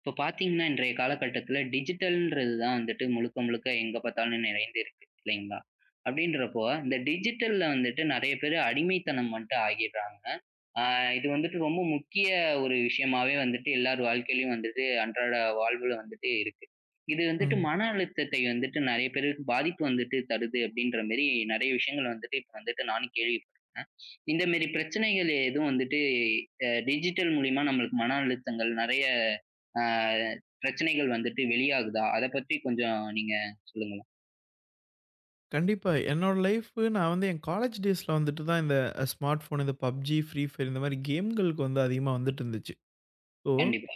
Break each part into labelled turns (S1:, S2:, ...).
S1: இப்போ பார்த்தீங்கன்னா, இன்றைய காலகட்டத்தில டிஜிட்டல்ன்றது தான் வந்துட்டு முழுக்க, முழுக்க எங்க பார்த்தாலும் நிறைந்து இருக்கு இல்லைங்களா? அப்படின்றப்போ, இந்த டிஜிட்டல்ல வந்துட்டு நெறைய பேரு அடிமைத்தனம் வந்துட்டு ஆகிடுறாங்க. ஆ இது வந்துட்டு ரொம்ப முக்கிய ஒரு விஷயமாவே வந்துட்டு எல்லார் வாழ்க்கையிலயும் வந்துட்டு அன்றாட வாழ்வுல வந்துட்டு இருக்கு. இது வந்துட்டு
S2: ம்.
S1: மன அழுத்தத்தை வந்துட்டு நெறைய பேருக்கு பாதிப்பு வந்துட்டு தருது அப்படின்ற மாரி நெறைய விஷயங்கள் வந்துட்டு இப்ப வந்துட்டு நானும் கேள்விப்பட்டேன். இந்த மாரி பிரச்சனைகள் எதுவும் வந்துட்டு டிஜிட்டல் மூலியமா நம்மளுக்கு மன அழுத்தங்கள் நெறைய ஆ பிரச்சனைகள் வந்துட்டு வெளியாகுதா? அத பத்தி கொஞ்சம் நீங்க சொல்லுங்களேன்.
S2: கண்டிப்பா. என்னோட லைஃபு நான் வந்து என் காலேஜ் டேஸ்ல வந்துட்டு தான் இந்த ஸ்மார்ட் ஃபோன், இந்த PUBG, Free Fire இந்த மாரி கேம்களுக்கு வந்து அதிகமா வந்துட்டு இருந்துச்சு. ஸோ
S1: கண்டிப்பா,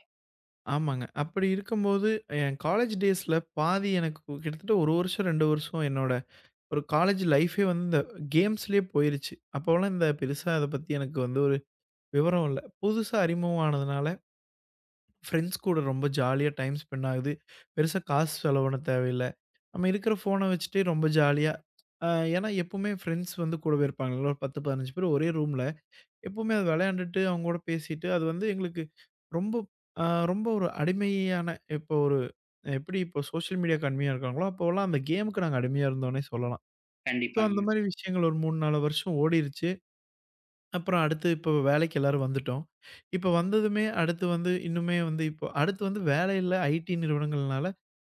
S2: ஆமாங்க. அப்படி இருக்கும்போது என் காலேஜ் டேஸ்ல பாதி எனக்கு கிட்டத்தட்ட 1 வருஷம், 2 வருஷம் என்னோட ஒரு காலேஜ் லைஃபே வந்து இந்த கேம்ஸ்லயே போயிருச்சு. அப்போலாம் இந்த பெருசா அத பத்தி எனக்கு வந்து ஒரு விவரம் இல்ல. புதுசா அறிமுகம் ஆனதுனால ஃப்ரெண்ட்ஸ் கூட ரொம்ப ஜாலியா டைம் ஸ்பெண்ட் ஆகுது. பெருசா காசு செலவிட தேவையில்ல. நம்ம இருக்கிற ஃபோன வச்சுட்டே ரொம்ப ஜாலியா அ ஏன்னா எப்பவுமே ஃப்ரெண்ட்ஸ் வந்து கூடவே இருப்பாங்கல்ல. ஒரு 10, 15 பேர் ஒரே ரூம்ல. எப்பவுமே அது விளையாண்டுட்டு, அவங்க கூட பேசிட்டு, அது வந்து எங்களுக்கு ரொம்ப அ ரொம்ப ஒரு அடிமையான இப்போ ஒரு எப்படி இப்போ சோஷியல் மீடியாக்கு அடிமையா இருக்காங்களோ, அப்போலாம் அந்த கேமுக்கு நாங்க அடிமையா இருந்தோம்னே சொல்லலாம். ஸோ
S1: கண்டிப்பாங்க,
S2: அந்த மாரி விஷயங்கள் ஒரு 3, 4 வருஷம் ஓடிருச்சு. அப்புறம் அடுத்து இப்போ வேலைக்கு எல்லாரும் வந்துட்டோம். இப்ப வந்ததுமே அடுத்து வந்து இன்னுமே வந்து இப்போ அடுத்து வந்து வேலையில ஐடி நிறுவனங்கள்னால,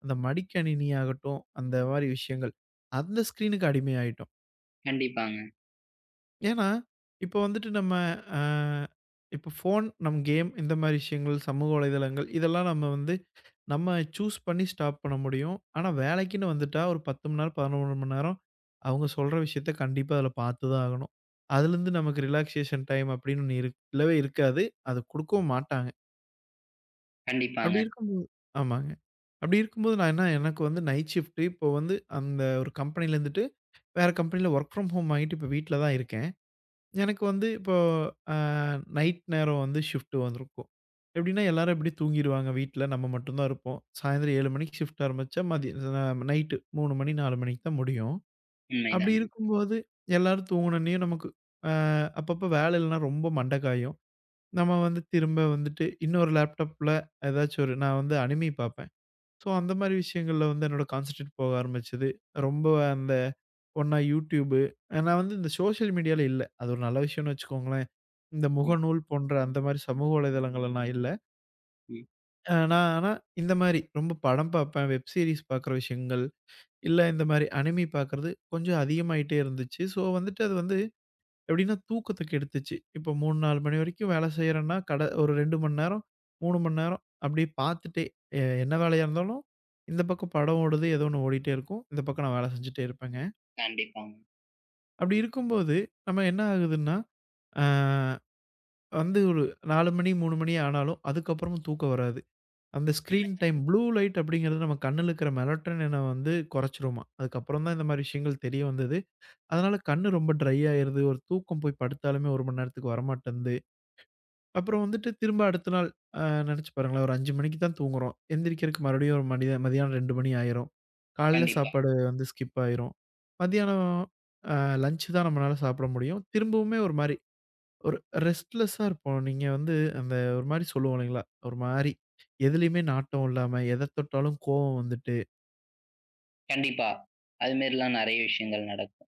S2: அந்த மடிக்கணினி ஆகட்டும், அந்த மாரி விஷயங்கள். அந்த ஸ்க்ரீனுக்கு அடிமையாயிட்டோம்.
S1: கண்டிப்பாங்க,
S2: ஏன்னா, இப்போ வந்துட்டு நம்ம அ இப்போ ஃபோன், நம் கேம் இந்த மாரி விஷயங்கள், சமூக வலைதளங்கள் இதெல்லாம் நம்ம வந்து நம்ம சூஸ் பண்ணி ஸ்டாப் பண்ண முடியும். ஆனா, வேலைக்குன்னு வந்துட்டா ஒரு 10 மணி நேரம், 11 மணி நேரம் அவங்க சொல்ற விஷயத்த கண்டிப்பா அதில பார்த்து தான் ஆகணும். அதுலேருந்து நமக்கு ரிலாக்சேஷன் டைம் அப்படின்னு ஒண்ணு இருக் இல்லவே இருக்காது. அது குடுக்கவும் மாட்டாங்க.
S1: கண்டிப்பாங்க.
S2: அப்படி இருக்கும்போது ஆமாங்க. அப்படி இருக்கும்போது நான் என்ன எனக்கு வந்து நைட் ஷிஃப்ட் இப்போ வந்து அந்த ஒரு கம்பெனில இருந்துட்டு வேற கம்பெனில வொர்க் ஃப்ரம் ஹோம் ஆகிட்டு இப்போ வீட்ல தான் இருக்கேன். எனக்கு வந்து இப்போ அ நைட் நேரம் வந்து ஷிஃப்ட் வந்திருக்கும். எப்படின்னா எல்லாரும் எப்படியும் தூங்கிருவாங்க வீட்ல. நம்ம மட்டும் தான் இருப்போம். சாயந்திரம் 7 மணிக்கு ஷிஃப்ட் ஆரம்பிச்சா மதிய அ நைட்டு 3 மணி 4 மணிக்கு தான் முடியும். அப்படி
S1: உண்மைதாங்க.
S2: இருக்கும்போது எல்லாரும் தூங்குனோனயும் நமக்கு அ அப்பப்போ வேலை இல்லைன்னா ரொம்ப மண்டை காயும். நம்ம வந்து திரும்ப வந்துட்டு இன்னொரு லேப்டாப்ல ஏதாச்சும் ஒரு நான் வந்து அனிமி பார்ப்பேன். ஸோ அந்த மாரி விஷயங்கள்ல வந்து என்னோட கான்சன்ட்ரேட் போக ஆரம்பிச்சது. ரொம்ப அந்த ஒண்ணா யூடியூபு நான் வந்து இந்த சோஷியல் மீடியால இல்ல. அது ஒரு நல்ல விஷயம்னு வச்சுக்கோங்களேன். இந்த
S1: ம்,
S2: முகநூல் போன்ற அந்த மாரி சமூக வலைதளங்கள்ல நான் இல்ல.
S1: ம்.
S2: நான் ஆனா இந்த மாரி ரொம்ப படம் பார்ப்பேன், வெப் சீரிஸ் பார்க்குற விஷயங்கள், இல்ல இந்த மாரி அனிமி பார்க்குறது கொஞ்சம் அதிகமாயிட்டே இருந்துச்சு. ஸோ, வந்துட்டு அது வந்து எப்படின்னா தூக்கத்த கெடுத்துச்சு. இப்போ 3, 4 மணி வரைக்கும் வேலை செய்றேன்னா, கட ஒரு 2 மணி நேரம், 3 மணி நேரம் அப்படியே பார்த்துட்டே என்ன வேலையா இருந்தாலும், இந்த பக்கம் படம் ஓடுது, ஏதோ ஒண்ணு ஓடிட்டே இருக்கும். இந்த பக்கம் நான் வேலை செஞ்சுட்டே இருப்பேங்க.
S1: கண்டிப்பாங்க.
S2: அப்படி இருக்கும்போது நம்ம என்ன ஆகுதுன்னா, அ வந்து ஒரு 4 மணி, 3 மணி ஆனாலும் அதுக்கப்புறமும் தூக்கம் வராது. அந்த ஸ்க்ரீன்
S1: உண்மைதான்.
S2: டைம் ப்ளூ லைட் அப்படிங்கிறது நம்ம கண்ணுல இருக்கிற மெலட்டோனின வந்து குறைச்சிருமாம். அதுக்கப்புறம் தான் இந்த மாரி விஷயங்கள் தெரிய வந்தது. அதனால கண்ணு ரொம்ப ட்ரை ஆயிருது. ஒரு தூக்கம் போய் படுத்தாலுமே 1 மணி நேரத்துக்கு வரமாட்டேன்து. அப்புறம் வந்துட்டு திரும்ப அடுத்த நாள் அ நெனச்சு பாருங்களேன், ஒரு 5 மணிக்கு தான் தூங்குறோம். எந்திரிக்கிறதுக்கு மறுபடியும் ஒரு மணி மதியானம் 2 மணி ஆயிரும். காலையில
S1: கண்டிப்பா,
S2: சாப்பாடு வந்து ஸ்கிப் ஆயிரும். மதியானம் அ லஞ்ச் தான் நம்மளால சாப்பிட முடியும். திரும்பவுமே ஒரு மாரி ஒரு ரெஸ்ட்லெஸ்ஸா இருப்போம். நீங்க வந்து அந்த ஒரு மாரி சொல்லுவோம் இல்லைங்களா? ஒரு மாரி எதுலயுமே நாட்டம் இல்லாம, எத தொட்டாலும் கோவம் வந்துட்டு
S1: கண்டிப்பா. அது மாரிலாம் நெறைய விஷயங்கள் நடக்கும்.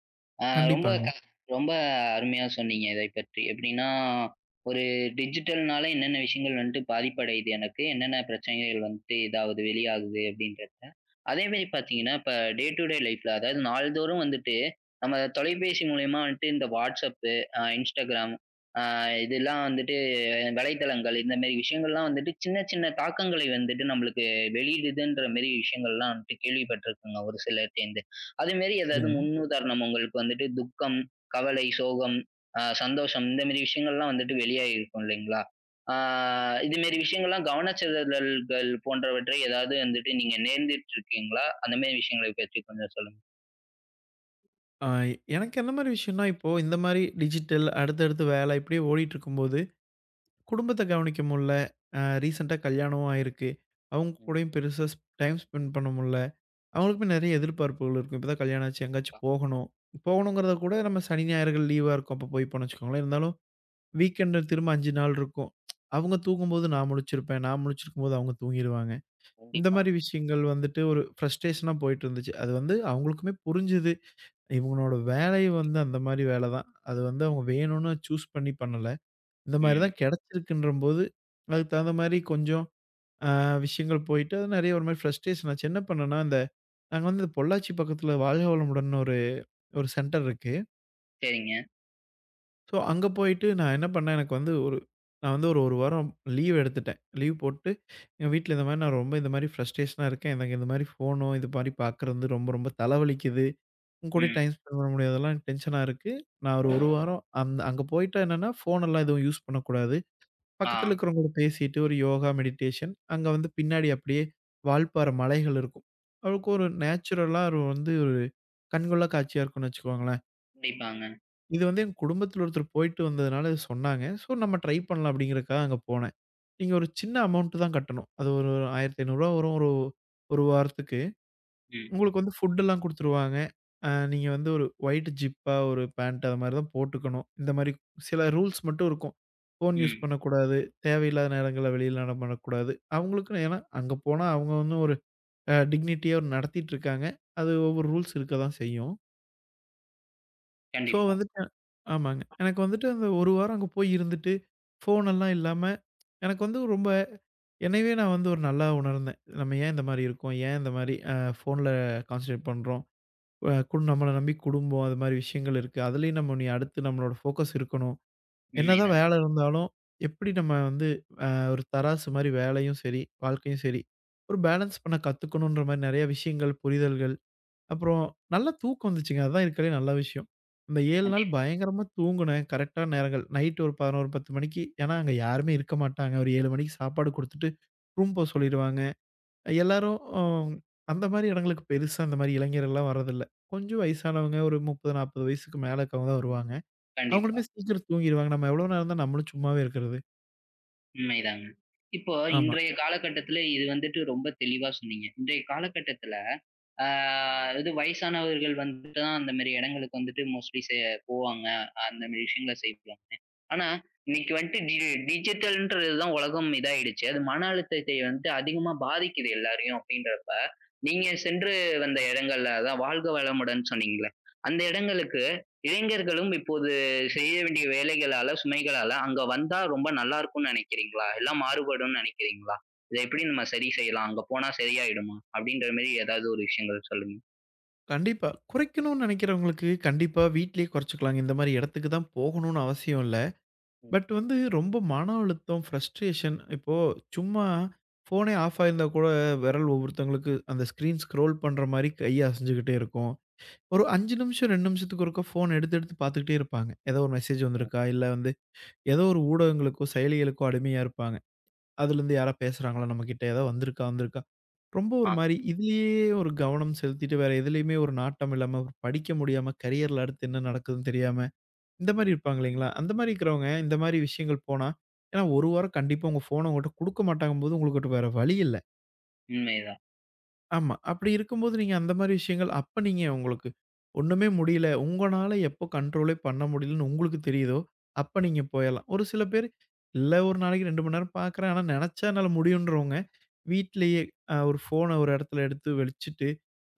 S1: ஆ ரொம்ப
S2: கண்டிப்பாங்க.
S1: ரொம்ப அருமையா சொன்னீங்க இதைப் பற்றி. எப்படின்னா, ஒரு டிஜிட்டல்னால என்னென்ன விஷயங்கள் வந்துட்டு பாதிப்படையுது எனக்கு, என்னென்ன பிரச்சனைகள் வந்துட்டு இதாவது வெளியாகுது அப்படின்றத. அதே மாரி பார்த்தீங்கன்னா, இப்ப டே டூ டே லைஃப்ல அதாவது நாள்தோறும் வந்துட்டு நம்ம தொலைபேசி மூலியமா வந்துட்டு இந்த WhatsApp, Instagram அ இதெல்லாம் வந்துட்டு வலைத்தளங்கள் இந்த மாரி விஷயங்கள்லாம் வந்துட்டு சின்ன சின்ன தாக்கங்களை வந்துட்டு நம்மளுக்கு வெளியிடுதுன்ற மாரி விஷயங்கள்லாம் வந்துட்டு கேள்விப்பட்டிருக்கேங்க ஒரு சிலர்ட்டேந்து. அதே மாரி ஏதாவது
S2: சரிங்க.
S1: முன்னுதாரணம் உங்களுக்கு வந்துட்டு துக்கம், கவலை, சோகம், சந்தோஷம் இந்த மாரி விஷயங்கள்லாம் வந்துட்டு வெளியாகியிருக்கும் இல்லைங்களா? ஆ இது மாரி விஷயங்கள்லாம் கவனச்சிதறல்கள் போன்றவற்றை ஏதாவது வந்துட்டு நீங்க நேர்ந்துட்டு இருக்கீங்களா? அந்த மாரி விஷயங்களை பற்றி கொஞ்சம் சொல்லுங்க.
S2: அ எனக்கு எந்த மாரி விஷயம்னா, இப்போ இந்த மாரி டிஜிட்டல் அடுத்தடுத்து வேலை இப்படியே ஓடிட்டுருக்கும்போது, குடும்பத்த கவனிக்க முடில. அ ரீசென்ட்டா கல்யாணமும் ஆயிருக்கு. அவங்க
S1: ம்.
S2: கூடயும் பெருசா டைம் ஸ்பெண்ட் பண்ண முடில. அவங்களுக்குமே நெறைய எதிர்பார்ப்புகள் இருக்கும். இப்ப தான் கல்யாணம் ஆச்சு,
S1: கண்டிப்பா,
S2: எங்கேயாச்சும் போகணும். போகணுங்கிறத கூட நம்ம சனி, ஞாயிறுகள் லீவா இருக்கும். அப்போ போய்ப்போம்னு வச்சுக்கோங்களேன். இருந்தாலும் வீக்கெண்ட்ல திரும்ப 5 நாள் இருக்கும். அவங்க தூங்கும்போது நான் முழிச்சிருப்பேன். நான் முழிச்சிருக்கும்போது அவங்க தூங்கிருவாங்க. இந்த மாரி
S1: கண்டிப்பாங்க.
S2: விஷயங்கள் வந்துட்டு ஒரு ஃப்ரஸ்ட்ரேஷனா போயிட்டு இருந்துச்சு. அது வந்து அவங்களுக்குமே புரிஞ்சுது. இவங்களோட வேலை வந்து அந்த மாரி வேல தான். அது வந்து அவங்க வேணும்னு சூஸ் பண்ணி பண்ணல. இந்த மாரி
S1: ம்.
S2: தான் கிடைச்சிருக்குன்றபோது, அதுக்கு தகுந்த மாரி கொஞ்சம் அ விஷயங்கள் போயிட்டு, அது நெறைய ஒரு மாரி ஃப்ரஸ்ட்ரேஷன் ஆச்சு. என்ன பண்ணேன்னா, இந்த நாங்க வந்து பொள்ளாச்சி பக்கத்தில வாழ்க வளமுடன்னு ஒரு ஒரு சென்டர் இருக்கு.
S1: சரிங்க.
S2: ஸோ அங்க போயிட்டு நான் என்ன பண்ணேன், எனக்கு வந்து ஒரு நான் வந்து ஒரு 1 வாரம் லீவ் எடுத்துட்டேன். லீவ் போட்டு எங்க வீட்ல இந்த மாரி நான் ரொம்ப இந்த மாரி ஃப்ரஸ்ட்ரேஷனா இருக்கேன். எனக்கு இந்த மாரி ஃபோனோ, இது மாரி பார்க்குறது ரொம்ப ரொம்ப தலவலிக்குது. உங்க கூட
S1: ம்.
S2: டைம் ஸ்பெண்ட் பண்ண முடியாதெல்லாம் எனக்கு டென்ஷனா இருக்கு. நான் ஒரு 1 வாரம் அந்த அங்க போயிட்டா என்னன்னா, ஃபோனெல்லாம் எதுவும் யூஸ் பண்ணக்கூடாது. பக்கத்துல
S1: ஆ.
S2: இருக்கிறவங்க கூட பேசிட்டு ஒரு யோகா, மெடிடேஷன் அங்க வந்து பின்னாடி அப்படியே வால்பாறை மலைகள் இருக்கும். அவளுக்கு ஒரு
S1: ம்.
S2: நேச்சுரலா ஒரு வந்து ஒரு கண்கொள்ளா காட்சியா இருக்கும்னு வச்சுக்கோங்களேன்.
S1: கண்டிப்பாங்க.
S2: இது வந்து எங்க குடும்பத்தில ஒருத்தர் போயிட்டு வந்ததுனால இது சொன்னாங்க. ஸோ நம்ம ட்ரை பண்ணலாம் அப்படிங்கிறதுக்காக அங்க போனேன். நீங்க ஒரு சின்ன அமௌண்ட் தான் கட்டணும். அது ஒரு ரூ. 1500 வரும் ஒரு ஒரு வாரத்துக்கு.
S1: ம்.
S2: உங்களுக்கு வந்து ஃபுட் எல்லாம் குடுத்துருவாங்க. நீங்க வந்து ஒரு ஒயிட் ஜிப்பா ஒரு பேண்ட் அது மாரி தான் போட்டுக்கணும். இந்த மாரி சில ரூல்ஸ் மட்டும் இருக்கும். ஃபோன் யூஸ்
S1: ம்.
S2: பண்ணக்கூடாது. தேவையில்லாத நேரங்கள்ல வெளியில நட பண்ணக்கூடாது. அவங்களுக்குன்னு ஏன்னா அங்க போனா அவங்க வந்து ஒரு டிக்னிட்டியா நடத்திட்டு இருக்காங்க. அது ஒவ்வொரு ரூல்ஸ் இருக்க தான் செய்யும். ஸோ
S1: கண்டிப்பா.
S2: வந்துட்டு ஆமாங்க. எனக்கு வந்துட்டு அந்த 1 வாரம் அங்க போய் இருந்துட்டு, ஃபோன் எல்லாம் இல்லாம, எனக்கு வந்து ரொம்ப என்னையவே நான் வந்து ஒரு நல்லா உணர்ந்தேன். நம்ம ஏன் இந்த மாரி இருக்கோம்? ஏன் இந்த மாரி ஃபோன்ல கான்சன்ட்ரேட் பண்றோம்? அ கு நம்மள நம்பி குடும்பம், அது மாரி விஷயங்கள் இருக்கு. அதுலயும் நம்ம இனி அடுத்து நம்மளோட ஃபோக்கஸ் இருக்கணும். என்னதான்
S1: உண்மைதாங்க.
S2: வேலை இருந்தாலும், எப்படி நம்ம வந்து அ ஒரு தராசு மாரி வேலையும் சரி, வாழ்க்கையும் சரி, ஒரு பேலன்ஸ் பண்ண கத்துக்கணுன்ற மாரி நெறைய விஷயங்கள், புரிதல்கள் அப்புறம் நல்லா தூக்கம் வந்துச்சுங்க. அதான் இருக்கிறதுலயே நல்ல விஷயம். அந்த 7 நாள்
S1: கண்டிப்
S2: பயங்கரமா தூங்குனேன். கரெக்ட்டான நேரங்கள். நைட் ஒரு 11, 10 மணிக்கு ஏன்னா அங்க யாருமே இருக்க மாட்டாங்க. ஒரு 7 மணிக்கு சாப்பாடு குடுத்துட்டு, ரூம் போக சொல்லிருவாங்க. எல்லாரும் அந்த மாரி இடங்களுக்கு பெருசா அந்த மாரி இளைஞர்கள்லாம் வர்றதில்ல. கொஞ்சம் வயசானவங்க ஒரு 30, 40 வயசுக்கு மேல இருக்கவங்க தான் வருவாங்க.
S1: கண்டிப்பா.
S2: அவங்களுமே சீக்கிரம் தூங்கிருவாங்க. நம்ம எவ்வளோ நேரம் தான் நம்மளும் சும்மாவே இருக்கிறது?
S1: உண்மைதாங்க. இப்போ
S2: ஆமா.
S1: இன்றைய காலகட்டத்தில இது வந்துட்டு ரொம்ப தெளிவா சொன்னீங்க. இன்றைய காலகட்டத்தில ஆ இது வயசானவர்கள் வந்துட்டு தான் அந்த மாரி இடங்களுக்கு வந்துட்டு மோஸ்ட்லி போவாங்க. அந்த மாரி விஷயங்கள செய்வாங்க. ஆனா, இன்னைக்கு வந்துட்டு டிஜிட்டல்ன்றது தான் உலகம் இதாயிடுச்சு. அது மன அழுத்தத்தை வந்து அதிகமா பாதிக்குது எல்லாரையும் அப்படின்றப்ப, நீங்க சென்று வந்த இடங்கள்ல அதான் வாழ்க வளமுடன் சொன்னீங்கள்ல. அந்த இடங்களுக்கு இளைஞர்களும் இப்போது செய்ய வேண்டிய வேலைகளால, சுமைகளால அங்க வந்தா ரொம்ப நல்லா இருக்கும்னு நினைக்கிறீங்களா? எல்லாம் மாறுபடும்னு நினைக்கிறீங்களா? இத எப்படி நம்ம சரி செய்யலாம்? அங்க போனா சரியாயிடுமா? அப்படின்ற மாரி ஏதாவது ஒரு விஷயங்கள் சொல்லுங்க.
S2: கண்டிப்பா. குறைக்கணும்னு நினைக்கிறவங்களுக்கு கண்டிப்பா வீட்டிலேயே குறைச்சுக்கலாங்க. இந்த மாரி இடத்துக்கு தான் போகணும்னு அவசியம் இல்ல.
S1: கண்டிப்பா,
S2: பட் வந்து ரொம்ப மன அழுத்தம், ஃப்ரஸ்ட்ரேஷன் இப்போ சும்மா ஃபோனே ஆஃப் ஆயிருந்தா கூட விரல் ஒவ்வொருத்தவங்களுக்கு அந்த ஸ்க்ரீன் ஸ்க்ரோல் பண்ற மாரி கை அசைஞ்சுகிட்டே இருக்கும். ஒரு
S1: கண்டிப்பா.
S2: 5 நிமிஷம் 2 நிமிஷத்துக்கு ஒருக்கா ஃபோன் எடுத்து எடுத்து பார்த்துக்கிட்டே இருப்பாங்க. ஏதோ ஒரு மெசேஜ் வந்திருக்கா, இல்ல வந்து ஏதோ ஒரு ஊடகங்களுக்கோ, செயலிகளுக்கோ அடிமையா இருப்பாங்க. அதுலேருந்து யாரா பேசுறாங்களா நம்மகிட்ட, ஏதோ வந்திருக்கா வந்திருக்கா. ரொம்ப ஒரு
S1: ஆ,
S2: மாரி இதிலேயே ஒரு கவனம் செலுத்திட்டு வேற எதுலயுமே ஒரு நாட்டம் இல்லாம படிக்க முடியாம, கரியர்ல அடுத்து என்ன நடக்குதுன்னு தெரியாம இந்த மாரி இருப்பாங்க இல்லைங்களா? அந்த மாரி இருக்கிறவங்க, இந்த மாரி விஷயங்கள் போனா ஏன்னா 1 வாரம் கண்டிப்பா உங்க ஃபோன உங்கட்ட குடுக்க மாட்டாங்கும்போது, உங்களுக்கு வேற வழி இல்ல.
S1: உண்மைதான்.
S2: ஆமா. அப்படி இருக்கும்போது நீங்க அந்த மாரி விஷயங்கள் அப்ப நீங்க உங்களுக்கு ஒண்ணுமே முடியல. உங்கனால எப்போ கண்ட்ரோலே பண்ண முடியலன்னு உங்களுக்கு தெரியுதோ, அப்ப நீங்க போயறலாம். ஒரு சில பேர் இல்ல ஒரு நாளைக்கு 2 மணி நேரம் பார்க்குறேன். ஆனா நெனச்சா என்னால முடியுன்றவங்க, வீட்லயே ஒரு ஃபோன ஒரு இடத்துல எடுத்து வச்சுட்டு,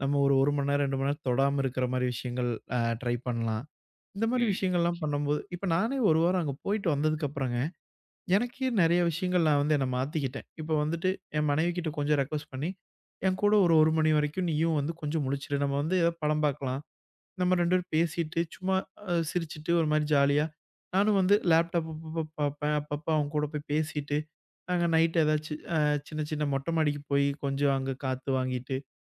S2: நம்ம ஒரு 1 மணி நேரம், 2 மணி நேரம் தொடாம இருக்கிற மாரி விஷயங்கள் ட்ரை பண்ணலாம். இந்த மாரி
S1: ம்,
S2: விஷயங்கள்லாம் பண்ணும்போது, இப்ப நானே 1 வாரம் அங்க போயிட்டு வந்ததுக்கப்புறங்க, எனக்கே நெறைய விஷயங்கள் நான் வந்து என்ன மாத்திக்கிட்டேன். இப்ப வந்துட்டு என் மனைவிகிட்ட கொஞ்சம் ரெக்வெஸ்ட் பண்ணி, என் கூட ஒரு 1 மணி வரைக்கும் நீயும் வந்து கொஞ்சம் முழிச்சிரு. நம்ம வந்து ஏதாவது படம் பார்க்கலாம். நம்ம 2 பேரும் பேசிட்டு, சும்மா சிரிச்சுட்டு ஒரு மாரி ஜாலியா, நானும் வந்து லேப்டாப் அப்பப்ப பார்ப்பேன். அப்பப்ப அவங்க கூட போய் பேசிட்டு, நாங்க நைட் ஏதாச்சு சின்ன சின்ன மொட்டை மாடிக்கு போய் கொஞ்சம் அங்க காத்து வாங்கிட்டு,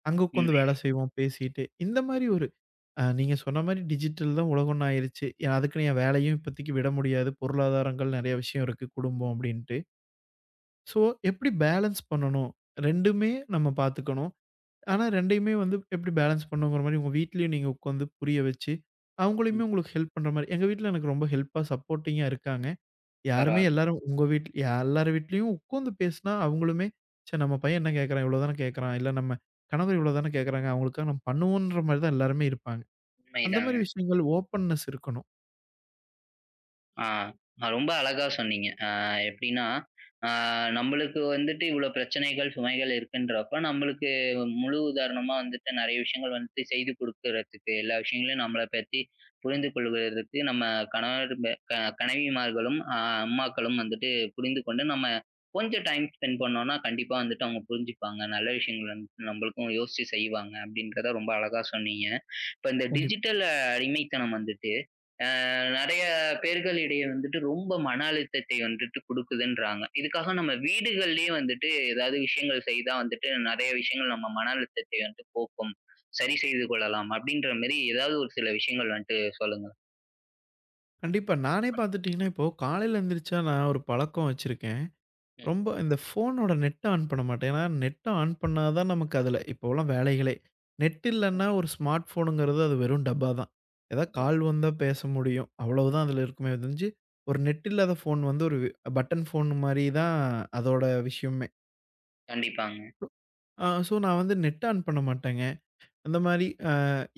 S2: அங்க உட்காந்து
S1: உண்மை.
S2: வேலை செய்வோம் பேசிட்டு. இந்த மாரி ஒரு நீங்க சொன்ன மாரி டிஜிட்டல் தான் உலகம்ன்னு ஆயிருச்சு. ஏன்னா அதுக்குன்னு என் வேலையும் இப்போதைக்கு விட முடியாது. பொருளாதாரங்கள் நெறைய விஷயம் இருக்கு, குடும்பம் அப்படின்ட்டு. ஸோ எப்படி பேலன்ஸ் பண்ணணும்? 2-மே நம்ம பார்த்துக்கணும். ஆனா 2-யுமே வந்து எப்படி பேலன்ஸ் பண்ணணுங்கிற மாரி உங்க வீட்லயும் நீங்க உட்காந்து புரிய வச்சு,
S1: ம்.
S2: அவங்களையுமே உங்களுக்கு ஹெல்ப் பண்ற மாரி எங்க வீட்ல எனக்கு ரொம்ப ஹெல்ப்பா, சப்போர்ட்டிங்கா இருக்காங்க. யாருமே
S1: பரவால்ல.
S2: எல்லாரும் உங்க வீட்ல எல்லார் வீட்லயும் உட்காந்து பேசினா அவங்களுமே, "ச்சே நம்ம பையன் என்ன கேட்கறான்? இவ்வளோ தான கேட்கறான். இல்ல நம்ம கணவர் இவ்வளோ தான கேட்கறாங்க. அவங்களுக்காக நம்ம பண்ணுவோம்ன்ற" மாரி தான் எல்லாருமே இருப்பாங்க. அந்த
S1: உண்மைதாங்க.
S2: மாரி விஷயங்கள் ஓப்பன்னஸ் இருக்கணும்.
S1: ஆ, ரொம்ப அழகா சொன்னீங்க. எப்படின்னா, அ நம்மளுக்கு வந்துட்டு இவ்வளோ பிரச்சனைகள், சுமைகள் இருக்குன்றப்ப, நம்மளுக்கு முழு உதாரணமா வந்துட்டு நெறைய விஷயங்கள் வந்துட்டு செய்து குடுக்குறதுக்கு, எல்லா விஷயங்களையும் நம்மள பத்தி புரிந்து கொள்வதற்கு நம்ம கணவர் ப க கணவிமார்களும், அம்மாக்களும் வந்துட்டு புரிந்து கொண்டு, நம்ம கொஞ்சம் டைம் ஸ்பெண்ட் பண்ணோம்னா, கண்டிப்பா வந்துட்டு அவங்க புரிஞ்சுப்பாங்க. நல்ல விஷயங்கள் வந்து நம்மளுக்கும் யோசிச்சு செய்வாங்க, அப்படின்றத ரொம்ப அழகா சொன்னீங்க. இப்ப இந்த
S2: கண்டிப்
S1: டிஜிட்டல் அடிமைத்தனம் வந்துட்டு அ நெறைய பேர்களிடையே வந்துட்டு ரொம்ப மன அழுத்தத்தை வந்துட்டு குடுக்குதுன்றாங்க. இதுக்காக நம்ம வீடுகள்லயே வந்துட்டு ஏதாவது விஷயங்கள் செய்தா வந்துட்டு நெறைய விஷயங்கள் நம்ம மன அழுத்தத்தை வந்து போக்கும். சரி செய்து கொள்ளலாம் அப்படின்ற மாரி ஏதாவது ஒரு சில விஷயங்கள் வந்துட்டு சொல்லுங்க.
S2: கண்டிப்பா. நானே பார்த்துட்டீங்கன்னா, இப்போ காலையில எந்திரிச்சா நான் ஒரு பழக்கம் வச்சிருக்கேன்.
S1: ம்.
S2: ரொம்ப இந்த ஃபோனோட நெட்ட ஆன் பண்ண மாட்டேன். ஏன்னா நெட்ட ஆன் பண்ணா தான் நமக்கு அதுல இப்போலாம் வேலைகளே. நெட் இல்லன்னா ஒரு ஸ்மார்ட் ஃபோனுங்கிறது அது வெறும் டப்பா தான். ஏதாவது கால் வந்தா பேச முடியும். அவ்வளவுதான் அதுல இருக்குமே ஒழிஞ்சு, ஒரு நெட் இல்லாத ஃபோன் வந்து ஒரு பட்டன் ஃபோன் மாரி தான் அதோட விஷயமே.
S1: கண்டிப்பாங்க.
S2: ஸோ நான் வந்து நெட் ஆன் பண்ண மாட்டேங்க. அந்த மாரி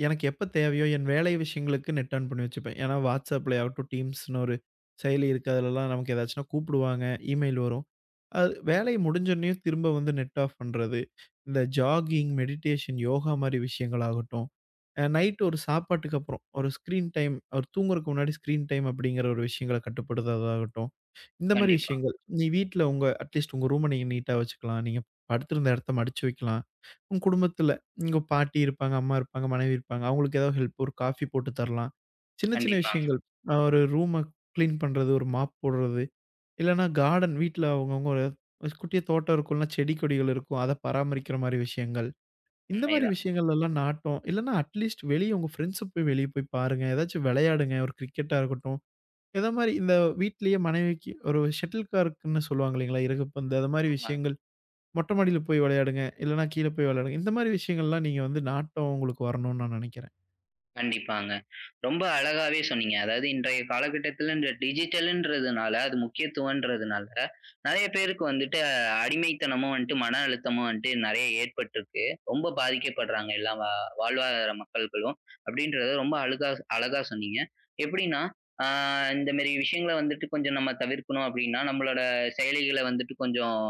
S2: எனக்கு எப்ப தேவையோ, என் வேலை விஷயங்களுக்கு நெட் ஆன் பண்ணி வச்சுப்பேன். ஏன்னா, Whatsappல ஆகட்டும், Teamஸ்ன்னு ஒரு செயலி இருக்கு. அதுலலாம் நமக்கு ஏதாச்சுன்னா கூப்பிடுவாங்க, இமெயில் வரும். அது வேலை முடிஞ்சோனயும் திரும்ப வந்து நெட் ஆஃப் பண்றது. இந்த ஜாகிங், மெடிடேஷன், யோகா மாரி விஷயங்களாகட்டும், நைட் ஒரு சாப்பாட்டுக்கு அப்புறம், ஒரு ஸ்க்ரீன் டைம், ஒரு தூங்குறதுக்கு முன்னாடி ஸ்க்ரீன் டைம் அப்படிங்கிற ஒரு விஷயங்கள கட்டுப்படுத்துறதாகட்டும். இந்த மாரி
S1: கண்டிப்பா,
S2: விஷயங்கள். நீ வீட்ல உங்க அட்லீஸ்ட் உங்க ரூம நீங்க நீட்டா வச்சுக்கலாம். நீங்க படுத்திருந்த இடத்த மடிச்சு வைக்கலாம். உங்க குடும்பத்தில உங்க பாட்டி இருப்பாங்க, அம்மா இருப்பாங்க, மனைவி இருப்பாங்க. அவங்களுக்கு ஏதாவது ஹெல்ப் ஒரு காஃபி போட்டு தரலாம். சின்ன சின்ன
S1: கண்டிப்பாங்க.
S2: விஷயங்கள். ஒரு ரூம கிளீன் பண்றது, ஒரு மாப் போடுறது, இல்லன்னா கார்டன் வீட்ல அவங்கவங்க ஒரு குட்டியா தோட்டம் இருக்கும்ல, செடி கொடிகள் இருக்கும். அத பராமரிக்கிற மாரி விஷயங்கள். இந்த மாரி
S1: உண்மைதான்.
S2: விஷயங்கள் எல்லாம் நாட்டம். இல்லன்னா அட்லீஸ்ட் வெளிய உங்க ஃப்ரெண்ட்ஸ போய் வெளிய போய் பாருங்க. ஏதாச்சும் விளையாடுங்க. ஒரு கிரிக்கெட்டா இருக்கட்டும். எத மாரி இந்த வீட்லயே மனைவிக்கு ஒரு ஷட்டில் கார்க்குன்னு சொல்லுவாங்க இல்லைங்களா? இறகுப்பந்து அது மாரி
S1: ஆமா.
S2: விஷயங்கள். மொட்டை மாடியில போய் விளையாடுங்க, இல்லன்னா கீழ போய் விளையாடுங்க. இந்த மாரி விஷயங்கள்லாம் நீங்க வந்து நாட்டம் உங்களுக்கு வரணும்னு நான் நெனைக்கிறேன்.
S1: கண்டிப்பாங்க. ரொம்ப அழகாவே சொன்னீங்க. அதாவது இன்றைய காலகட்டத்தில இந்த டிஜிட்டல்ன்றதுனால, அது முக்கியத்துவம்ன்றதுனால, நெறைய பேருக்கு வந்துட்டு அடிமைத்தனமும் வந்துட்டு, மன அழுத்தமும் வந்துட்டு நெறைய ஏற்பட்டுருக்கு. ரொம்ப பாதிக்கப்படுறாங்க எல்லா வாழ்வாதார மக்கள்களும். அப்படின்றத ரொம்ப அழகா சொன்னீங்க. எப்படின்னா, ஆ இந்த மாரி விஷயங்கள வந்துட்டு கொஞ்சம் நம்ம தவிர்க்கணும் அப்படின்னா, நம்மளோட செயலிகள வந்துட்டு கொஞ்சம்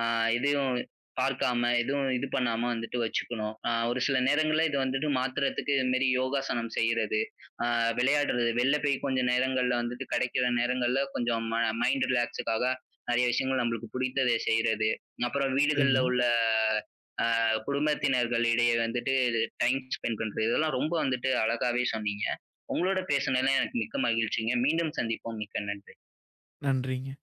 S1: ஆ இதையும் பார்க்காம, எதுவும் இது பண்ணாம வந்துட்டு வச்சுக்கணும். ஒரு சில நேரங்கள்ல இது வந்துட்டு மாத்துறதுக்கு இது மாரி யோகாசனம் செய்றது, அ விளையாடுறது, வெளில போய் கொஞ்சம் நேரங்கள்ல வந்துட்டு கிடைக்கிற நேரங்கள்ல கொஞ்சம் மைண்ட் ரிலாக்ஸுக்காக நெறைய விஷயங்கள் நம்மளுக்கு பிடித்தத செய்றது. அப்புறம் வீடுகள்ல
S2: சரிங்க.
S1: உள்ள அ குடும்பத்தினர்கள் இடையே வந்துட்டு டைம் ஸ்பெண்ட் பண்றது. இதெல்லாம் ரொம்ப வந்துட்டு அழகாவே சொன்னீங்க. உங்களோட பேசுனதுல எனக்கு மிக்க மகிழ்ச்சிங்க. மீண்டும் சந்திப்போம். மிக்க நன்றி.
S2: நன்றிங்க.